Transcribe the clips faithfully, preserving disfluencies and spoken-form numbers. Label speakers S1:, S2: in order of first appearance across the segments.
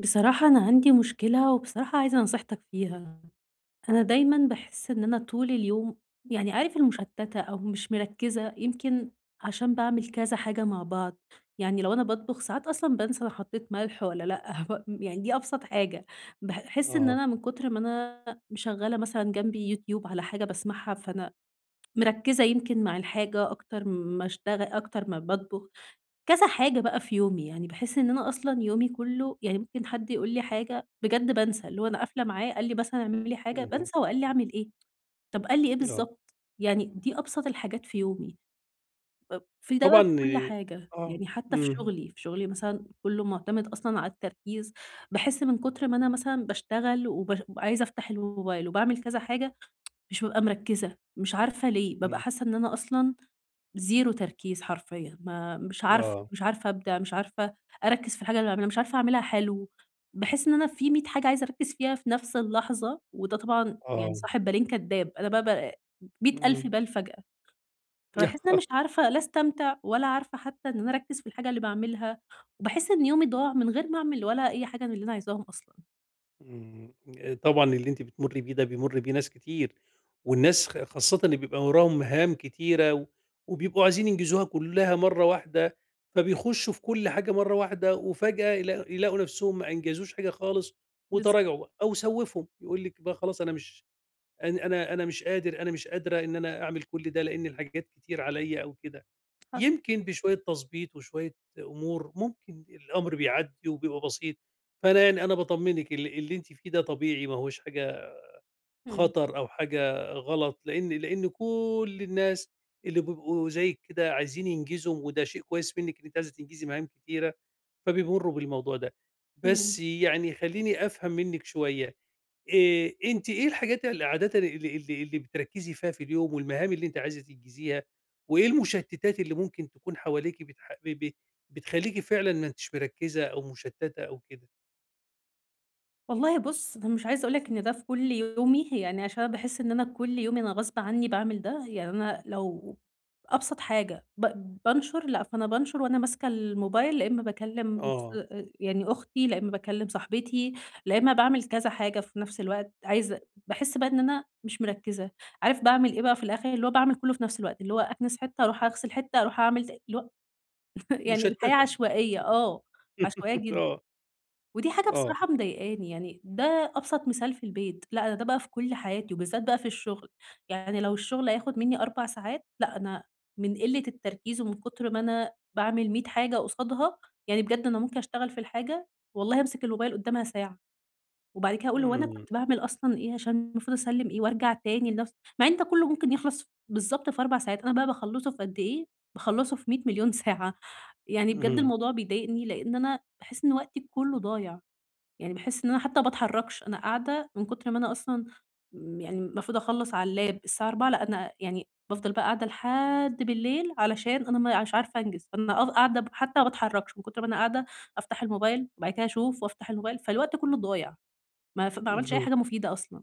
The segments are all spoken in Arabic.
S1: بصراحة أنا عندي مشكلة وبصراحة عايزة نصيحتك فيها، أنا دايمًا باحس إن أنا طول اليوم يعني عارف المشتتة أو مش مركزة يمكن عشان باعمل كذا حاجة مع بعض، يعني لو أنا باطبخ ساعات أصلًا بانسى أنا حطيت ملح والّا لأ، يعني دي أبسط حاجة، باحس إن
S2: آه.
S1: أنا من كتر ما أنا مشغّلة مثلًا جنبي يوتيوب على حاجة باسمعها، فأنا مركزة يمكن مع الحاجة أكتر ما اشتغ أكتر ما باطبخ. كذا حاجة بقى في يومي، يعني باحس إن أنا أصلًا يومي كلّه يعني ممكن حد يقول لي حاجة بجد بانسى، اللي هو أنا قافلة معاه قال لي مثلًا اعمل لي حاجة
S2: اهم.
S1: بانسى هو قال لي أعمل إيه، طب قال لي إيه
S2: آه.
S1: بالضبط، يعني دي أبسط الحاجات في يومي، ب في ده بقى في
S2: طبعًا.
S1: كل حاجة،
S2: آه.
S1: يعني حتى في
S2: إمم.
S1: شغلي، في شغلي مثلًا كلّه معتمد أصلًا على التركيز، باحس من كتر ما أنا مثلًا باشتغل وباش وعايزة أفتح الموبايل وباعمل كذا حاجة مش بابقى مركّزة، مش عارفة ليه، بابقى
S2: إمم.
S1: حاسة إن أنا أصلًا زيرو تركيز حرفيًا، ما مش عارفة،
S2: آه.
S1: مش عارفة أبدع، مش عارفة أركّز في الحاجة اللي باعملها، مش عارفة أعملها حلو، باحس إن أنا في مية حاجة عايزة أركّز فيها في نفس اللحظة، وده طبعًا يعني
S2: آه.
S1: صاحب بالين كدّاب، أنا بقى ب
S2: إمم.
S1: مية ألف
S2: إمم.
S1: بال فجأة، فباحس إن أنا مش عارفة لا أستمتع ولا عارفة حتى إن أنا أركّز في الحاجة اللي باعملها، وباحس إن يومي ضاع من غير ما أعمل ولا أي حاجة من اللي أنا عايزاهم أصلًا.
S2: آآ، طبعًا اللي أنتِ بتمُرّي بيه ده بيمُر بيه ناس كتير، والناس خ خاصةً اللي بيبقى وراهم مهام كتيرة و وبيبقوا عايزين ينجزوها كلّها مرّة واحدة، فبيخشوا في كل حاجة مرّة واحدة، وفجأة يلا يلاقوا نَفْسهم ما أنجزوش حاجة خالص
S1: بالضبط،
S2: وتراجعوا بقى، أو سوّفهم، يقول لِك بقى خلاص أنا مش أن أنا أنا مش قادر، أنا مش قادرة إن أنا أعمل كل ده لإن الحاجات كتير عليّا أو كده.
S1: حصل.
S2: يمكن بشوية تضبيط وشوية أمور ممكن الأمر بيعدّي وبيبقى بسيط، فأنا يعني أنا باطمّنِك ال اللي أنتِ فيه ده طبيعي ما هوش حاجة
S1: إمم،
S2: خطر أو حاجة غلط، لإن لإن كل الناس اللي بيبقوا زيِّك كده عايزين ينجزوا وده شيء كويس منِّك إن أنتِ عايزة تنجزي مهام كتيرة، فبيمرّوا بالموضوع ده. بس
S1: إمم.
S2: يعني خلّيني أفهم منِّك شوية، آآ أنتِ إيه الحاجات اللي عادةً اللي اللي اللي بتركّزي فيها في اليوم والمهام اللي أنتِ عايزة تنجزيها، وإيه المشتتات اللي ممكن تكون حواليكِ بتح ب ب بتخلّيكِ فعلًا ما أنتيش مركّزة أو مشتّتة أو كده؟
S1: والله بُص، أنا مش عايزة أقول لك إن ده في كل يومي، يعني عشان أنا باحس إن أنا كل يوم أنا غصب عني باعمل ده، يعني أنا لو أبسط حاجة ب بانشر لأ، فأنا بانشر وأنا ماسكة الموبايل، يا إما باكلم ص
S2: آه،
S1: آآ يعني أختي، لا إما باكلم صاحبتي، لا إما باعمل كذا حاجة في نفس الوقت، عايزة باحس بقى إن أنا مش مركزة، عارف باعمل إيه بقى في الآخر؟ اللي هو باعمل كله في نفس الوقت، اللي هو أكنس حتة، أروح أغسل حتة، أروح أعمل ت اللي هو يعني الحياة
S2: مشتّتة.
S1: عشوائية،
S2: إمم.
S1: آه، عشوائية جدًا.
S2: آه.
S1: ودي حاجة
S2: آه.
S1: بصراحة مضايقاني، يعني ده أبسط مثال في البيت، لأ أنا ده بقى في كل حياتي وبالذات بقى في الشغل، يعني لو الشغل هياخد مني 4 ساعات، لأ أنا من قلة التركيز ومن كتر ما أنا باعمل مية حاجة قصادها، يعني بجد أنا ممكن أشتغل في الحاجة والله أمسك الموبايل قدامها ساعة، وبعد كده أقول هو أنا
S2: إمم.
S1: كنت باعمل أصلًا إيه عشان المفروض أسلِّم إيه وأرجع تاني لنفس مع إن ده كله ممكن يخلص بالضبط في 4 ساعات، أنا بقى باخلّصه في قد إيه، باخلّصه في مية مليون ساعة، يعني بجد
S2: اهم.
S1: الموضوع بيضايقني لإن أنا باحس إن وقتي كله ضايع. يعني باحس إن أنا حتى ما باتحركش، أنا قاعدة من كتر ما أنا أصلًا م يعني المفروض أخلّص على اللاب الساعة أربعة لأ أنا يعني بافضل بقى قاعدة لحد بالليل علشان أنا ما مش عارفة أنجز، فأنا أف قاعدة ب حتى ما باتحركش من كتر ما أنا قاعدة أفتح الموبايل وبعد كده أشوف وأفتح الموبايل، فالوقت كله ضايع، ما ف ما عملتش أي
S2: اهم.
S1: حاجة مفيدة أصلًا،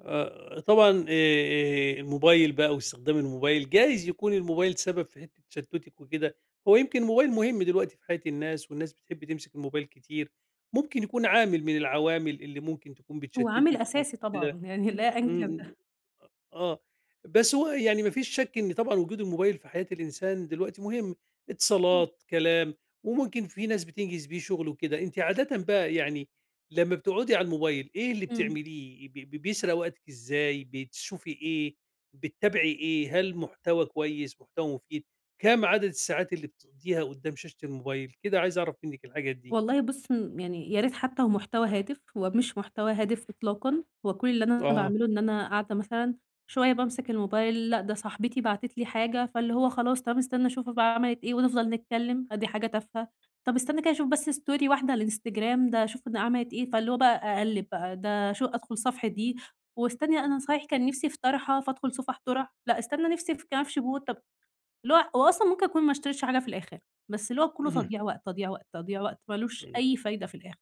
S2: آآ طبعًا آآ الموبايل بقى واستخدام الموبايل، جايز يكون الموبايل سبب في حتّة تشتُّتِك وكده، هو يمكن الموبايل مهم دلوقتي في حياة الناس والناس بتحب تمسك الموبايل كتير، ممكن يكون عامل من العوامل اللي ممكن تكون
S1: هو عامل
S2: بتشتِّتِك
S1: أساسي طبعًا
S2: وكده.
S1: يعني لا
S2: إمم.
S1: أنكر ده.
S2: إمم. آه، بس هو يعني ما فيش شك إن طبعًا وجود الموبايل في حياة الإنسان دلوقتي مهم، اتصالات، كلام، وممكن في ناس بتنجز بيه شغل وكده، أنتِ عادةً بقى يعني لمّا بتقعدي على الموبايل إيه اللي
S1: إمم.
S2: بتعمليه؟ ب ب بيسرق وقتِك إزاي، بتشوفي إيه، بتتابعي إيه، هل محتوى كويس، محتوى مفيد، كام عدد الساعات اللي بتقضيها قدّام شاشة الموبايل؟ كده عايز أعرف منِّك الحاجات دي.
S1: والله بُص م يعني يا ريت حتى هو محتوى هادف، هو مش محتوى هادف إطلاقًا، هو كل اللي أنا
S2: آه.
S1: باعمله إن أنا قاعدة مثلًا شوية بامسك الموبايل، لأ ده صاحبتي بعتت لي حاجة، فاللي هو خلاص طب استنى أشوف بقى عملت إيه ونفضل نتكلم، أدي حاجة تافهة، طب استنى كده أشوف بس story واحدة على الإنستجرام ده أشوف ده عملت إيه، فاللي هو بقى أقلّب بقى ده شو أدخل صفحة دي، واستني أنا صحيح كان نفسي في طرحة فادخل صفح طرح، لأ استنى نفسي في كنف شبوت طب اللي هو هو أصلًا ممكن أكون ما اشتريتش حاجة في الآخر، بس اللي هو كلّه
S2: اهم.
S1: تضييع وقت، تضييع وقت، تضييع وقت، ما لوش
S2: إمم.
S1: أي فايدة في الآخر،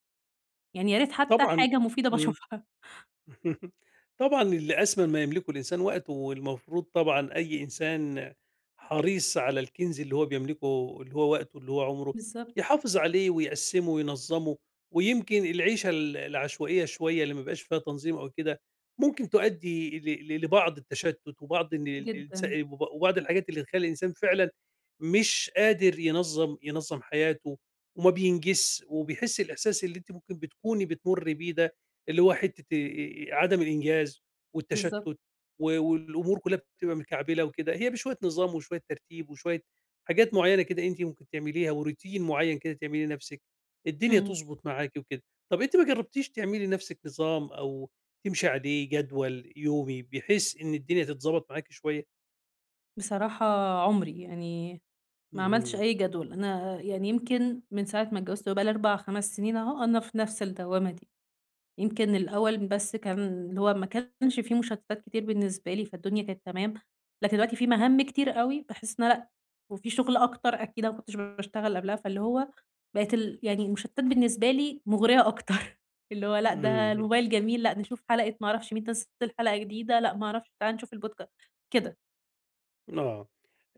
S1: يعني يا ريت حتى
S2: طبعًا.
S1: حاجة مفيدة
S2: إمم.
S1: باشوفها.
S2: طبعًا اللي أثمن ما يملكه الإنسان وقته، والمفروض طبعًا أي إنسان حريص على الكنز اللي هو بيملكه اللي هو وقته، اللي هو عمره،
S1: بالضبط،
S2: يحافظ عليه ويقسّمه وينظّمه، ويمكن العيشة ال العشوائية شوية اللي ما بيبقاش فيها تنظيم أو كده، ممكن تؤدي ل ل لبعض التشتُّت وبعض إن ال- الإنس
S1: جدًا،
S2: وب وبعض الحاجات اللي تخلّي الإنسان فعلًا مش قادر ينظّم ينظّم حياته وما بينجزش، وبيحس الإحساس اللي أنتِ ممكن بتكوني بتمُرّي بيه ده اللي هو حتة آآ عدم الإنجاز والتشتُّت
S1: بالضبط،
S2: و والأمور كلّها بتبقى متكعبلة وكده، هي بشوية نظام وشوية ترتيب وشوية حاجات معيّنة كده أنتِ ممكن تعمليها وroutine معيّن كده تعمليه لنَفْسِك، الدنيا
S1: إمم.
S2: تضبط معاكِ وكده. طَب أنتِ ما جرّبتيش تعملي لنَفْسِك نظام أو تمشي عليه جدول يومي بحيث إن الدنيا تتضبط معاكِ شوية؟
S1: بصراحة عمري، يعني ما عملتش
S2: إمم.
S1: أي جدول، أنا يعني يمكن من ساعة ما اتجوزت، هو بقى لي أربع، خمس سنين أهو، أنا في نفس الدوّامة دي. يمكن الأول بس كان اللي هو ما كانش في مشتتات كتير بالنسبة لي، فالدنيا كانت تمام، لكن دلوقتي في مهام كتير أوي، باحس إن أنا لأ، وفي شغل أكتر أكيد أنا ما كنتش باشتغل قبلها، فاللي هو بقت ال يعني المشتتات بالنسبة لي مُغرية أكتر، اللي هو لأ، ده
S2: إمم.
S1: الموبايل جميل، لأ، نشوف حلقة ما أعرفش مين نزّل حلقة جديدة، لأ، ما أعرفش تعالَ نشوف البودكا كده.
S2: آه.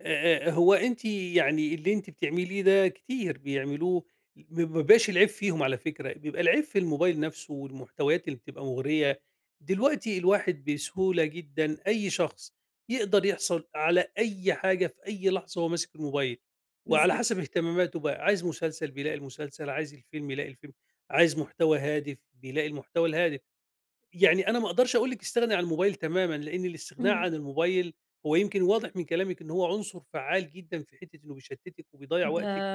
S2: آآ آآ هو أنتِ يعني اللي أنتِ بتعمليه ده كتير بيعملوه، ما بيبقاش العيب فيهم على فكرة، بيبقى العيب في الموبايل نَفْسه والمحتويات اللي بتبقى مُغرية. دلوقتي الواحد بسهولة جدًا أي شخص يقدر يحصل على أي حاجة في أي لحظة وهو ماسك الموبايل، وعلى
S1: بالضبط،
S2: حسب اهتماماته بقى، عايز مسلسل بيلاقي المسلسل، عايز الفيلم يلاقي الفيلم، عايز محتوى هادف بيلاقي المحتوى الهادف. يعني أنا ما أقدرش أقول لِك استغني عن الموبايل تمامًا، لإن الاستغناء
S1: إمم.
S2: عن الموبايل هو يمكن واضح من كلامِك إن هو عنصر فعّال جدًا في حتّة إنه بيشتتِك وبيضيّع
S1: ده
S2: وقتِك،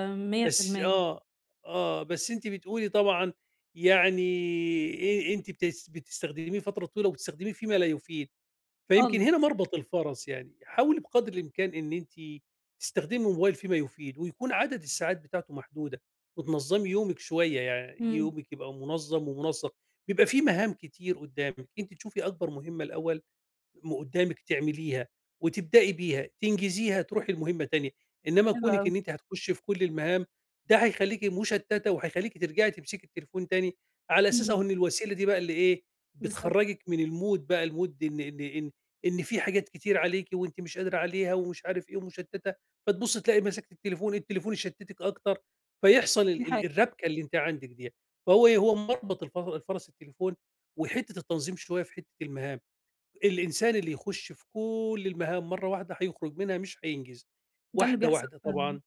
S2: بس
S1: مية في المية
S2: آه، آه، بس أنتِ بتقولي طبعًا يعني أ أنتِ بتس بتستخدميه فترة طويلة وبتستخدميه فيما لا يفيد. فيمكن هنا
S1: خالص،
S2: مربط الفرس يعني، حاولي بقدر الإمكان إن أنتِ تستخدمي الموبايل فيما يفيد، ويكون عدد الساعات بتاعته محدودة، وتنظمي يومِك شوية يعني
S1: إمم،
S2: يومِك يبقى منظم ومنسق، بيبقى في مهام كتير قدامِك، أنتِ تشوفي أكبر مهمة الأول م قدامِك تعمليها وتبدئي بيها، تنجزيها تروحي لمهمة تانية، إنما
S1: حلو
S2: كونِك
S1: أوي،
S2: إن أنتِ هتخشي في كل المهام ده هيخلّيكِ مشتتة وهيخلّيكِ ترجعي تمسكي التليفون تاني، على أساس
S1: إمم،
S2: أهو إن الوسيلة دي بقى اللي إيه،
S1: بالضبط،
S2: بتخرّجِك من الmood بقى الmood إن إن إن إن في حاجات كتير عليكِ وأنتِ مش قادرة عليها ومش عارف إيه ومشتتة، فتبُصّي تلاقي مسكتِ التليفون، التليفون يشتتِك أكتر، فيحصل
S1: دي
S2: ال ال
S1: حقيقة،
S2: الربكة اللي أنتِ عندِك ديّة، فهو إيه، هو مربط الف الفرس التليفون وحتة التنظيم شوية في حتة المهام. الإنسان اللي يخُش في كل المهام مرّة واحدة هيخرج منها مش هينجز،
S1: ده اللي
S2: واحدة،
S1: بيحصل
S2: واحدة
S1: فعلًا.
S2: طبعًا،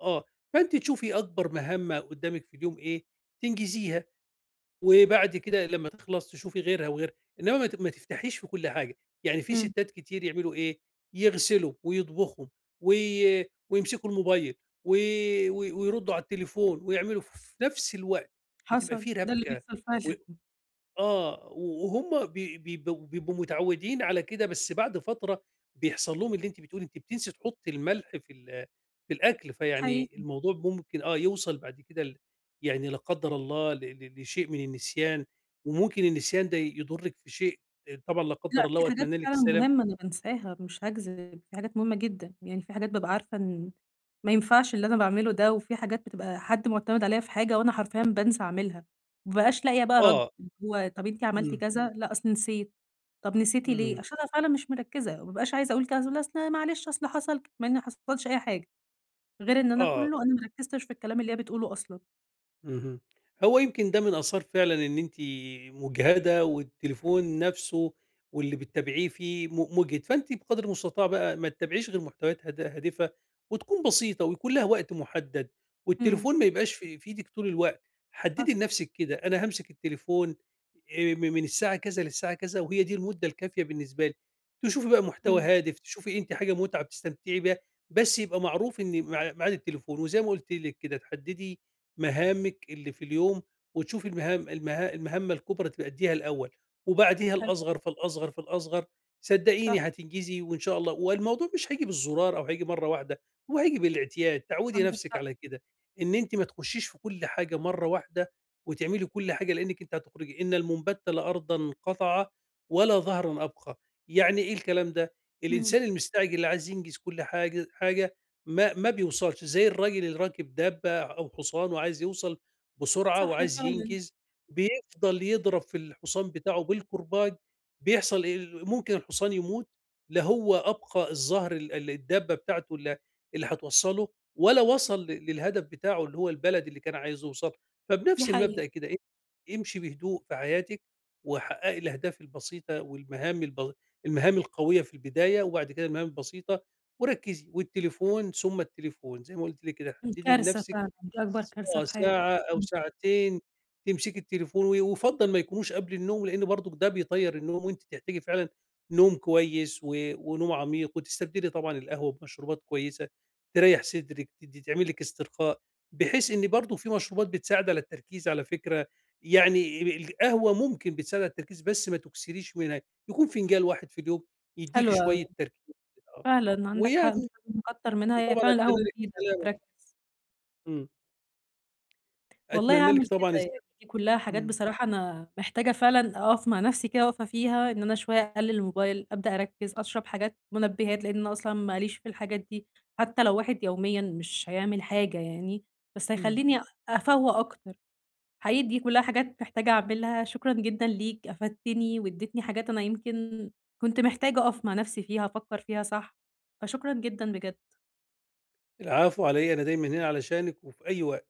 S2: آه، فأنتِ تشوفي أكبر مهمة قدّامِك في اليوم إيه، تنجزيها، وبعد كده لمّا تخلص تشوفي غيرها وغيرها، إنّما ما ت ما تفتحيش في كل حاجة، يعني في
S1: إمم.
S2: سِتّات كتير يعملوا إيه، يغسلوا ويطبخوا وي ويمسكوا الموبايل و و ويردّوا على التليفون ويعملوا في نفس الوقت، بتبقى
S1: حصل،
S2: في
S1: ده اللي
S2: رابكة
S1: بيحصل
S2: و
S1: فعلًا،
S2: آه، وهُم بي بيبقوا بيبقوا متعوّدين على كده، بس بعد فترة بيحصل لهم اللي أنتِ بتقولي، أنتِ بتنسي تحُطّي الملح في ال في الأكل،
S1: دي
S2: فيعني
S1: حقيقي.
S2: الموضوع ممكن آه، يوصل بعد كده ل يعني لا قدّر الله ل ل لشيء من النسيان، وممكن النسيان ده يضُرِّك في شيء طبعًا لا قدّر
S1: لأ،
S2: الله
S1: في حاجات
S2: وأتمنى لِك
S1: فعلًا
S2: السلامة.
S1: مهمة أنا بانساها مش هاكذب، في حاجات مهمة جدًا، يعني في حاجات بابقى عارفة إن ما ينفعش اللي أنا باعمله ده، وفي حاجات بتبقى حد مُعتمد عليَّ في حاجة وأنا حرفيًا بانسى أعملها، ما بابقاش لاقية بقى رَد،
S2: آه.
S1: اللي هو طَب أنتِ عملتِ
S2: إمم.
S1: كذا، لأ أصل نسيت، طَب نسيتِ ليه؟
S2: إمم.
S1: عشان أنا فعلًا مش مركزة، ما بابقاش عايزة أقول كذا، لأ أصل معلش أصل حصل ك مع إن ما حصلش أي حاجة، غير إن أنا
S2: آه.
S1: كلّه أنا ما ركزتش في الكلام اللي هي بتقوله أصلًا.
S2: اهم. هو يمكن ده من آثار فعلًا إن أنتِ مُجهدة والتليفون نَفْسه واللي بتتابعيه فيه م مُجهِد، فأنتِ بقدر المستطاع بقى ما تتابعيش غير محتويات هاد هادفة وتكون بسيطة ويكون لها وقت مُحدَّد
S1: إمم،
S2: والتليفون ما يبقاش في في إيدِك طول الوقت، حدِّدي
S1: حصل،
S2: لنَفْسِك كده، أنا هامسك التليفون آآ م من الساعة كذا للساعة كذا وهي دي المُدّة الكافية بالنسبة لي، تشوفي بقى محتوى
S1: إمم،
S2: هادف، تشوفي أنتِ حاجة مُتعة بتستمتعي بيها، بس يبقى معروف إن مع ميعاد التليفون وزي ما قُلت لِك كده تحدِّدي مهامِك اللي في اليوم، وتشوفي المهام المها المهمة الكبرى تأدّيها الأول، وبعديها
S1: حلو،
S2: الأصغر، فالأصغر، فالأصغر،
S1: صح،
S2: صدقيني هتنجزي وإن شاء الله والموضوع مش هييجي بالزرار أو هييجي مرّة واحدة، هو هييجي بالإعتياد، تعوّدي
S1: عندِك
S2: نفسِك
S1: حق،
S2: على كده، إن أنتِ ما تخشّيش في كل حاجة مرّة واحدة وتعملي كل حاجة، لإنِّك أنتِ هتخرجي إن المنبت لأرضًا قطع ولا ظهرًا أبقى، يعني إيه الكلام ده؟
S1: إمم.
S2: الإنسان المستعجل اللي عايز ينجز كل حاجة حاجة ما ما بيوصلش، زي الراجل اللي راكب دابة أو حصان وعايز يوصل بسرعة
S1: صح
S2: وعايز
S1: فعلًا،
S2: ينجز، بيفضل يضرب في الحصان بتاعه بالكرباج، بيحصل إيه، ال ممكن الحصان يموت، لا هو أبقى الظهر ال ال الدابة بتاعته ال اللي هتوصّله، ولا وصل ل للهدف بتاعه اللي هو البلد اللي كان عايز يوصل
S1: دي
S2: فبنفس
S1: حقيقة،
S2: المبدأ كده إيه، امشي بهدوء في حياتِك، وحققي الأهداف البسيطة والمهام الب المهام القوية في البداية، وبعد كده المهام البسيطة وركّزي، والتليفون ثم التليفون، زي ما قُلت لِك كده
S1: إمم،
S2: حدّدي
S1: كارثة
S2: لنَفْسِك
S1: فعلًا، دي أكبر
S2: س
S1: كارثة
S2: آه،
S1: في حياتي،
S2: ساعة أو
S1: إمم،
S2: ساعتين تمسكي التليفون، و ويُفضّل ما يكونوش قبل النوم، لإن برضُك ده بيطيّر النوم، وأنتِ تحتاجي فعلًا نوم كويس و ونوم عميق، وتستبدلي طبعًا القهوة بمشروبات كويسة تريّح صدرِك، تدّي تعمل لِك استرخاء، بحيث إن برضه في مشروبات بتساعد على التركيز على فكرة، يعني ال القهوة ممكن بتساعد على التركيز بس ما تُكسريش منها، يكون فنجان واحد في اليوم يدّيكِ
S1: حلو أوي،
S2: شوية تركيز كده. آه.
S1: فعلًا عندك حق مش
S2: ويعني
S1: لازم نكتّر منها، هي
S2: وطبعًا
S1: فعلًا
S2: أتمنى
S1: القهوة
S2: لِك
S1: مفيدة
S2: السلامة.
S1: بتركّز،
S2: إمم.
S1: والله
S2: أتمنى لِك
S1: هاعمل كده
S2: طبعًا الس
S1: يعني، دي كلّها حاجات
S2: إمم.
S1: بصراحة أنا محتاجة فعلًا أقف مع نفسي كده واقفة فيها، إن أنا شوية أقلل الموبايل، أبدأ أركّز، أشرب حاجات منبهات، لإن أنا أصلًا ما ليش في الحاجات دي، حتى لو واحد يوميًا مش هيعمل حاجة يعني، بس
S2: إمم.
S1: هيخلّيني أفوّق أكتر. حقيقي دي كلها حاجات محتاجة أعملها، شكرًا جدًا ليك، أفدتني واديتني حاجات أنا يمكن كنت محتاجة أقف مع نفسي فيها، أفكر فيها صح، فشكرًا جدًا بجد.
S2: العفو على إيه، أنا دايمًا هنا علشانِك وفي أي وقت.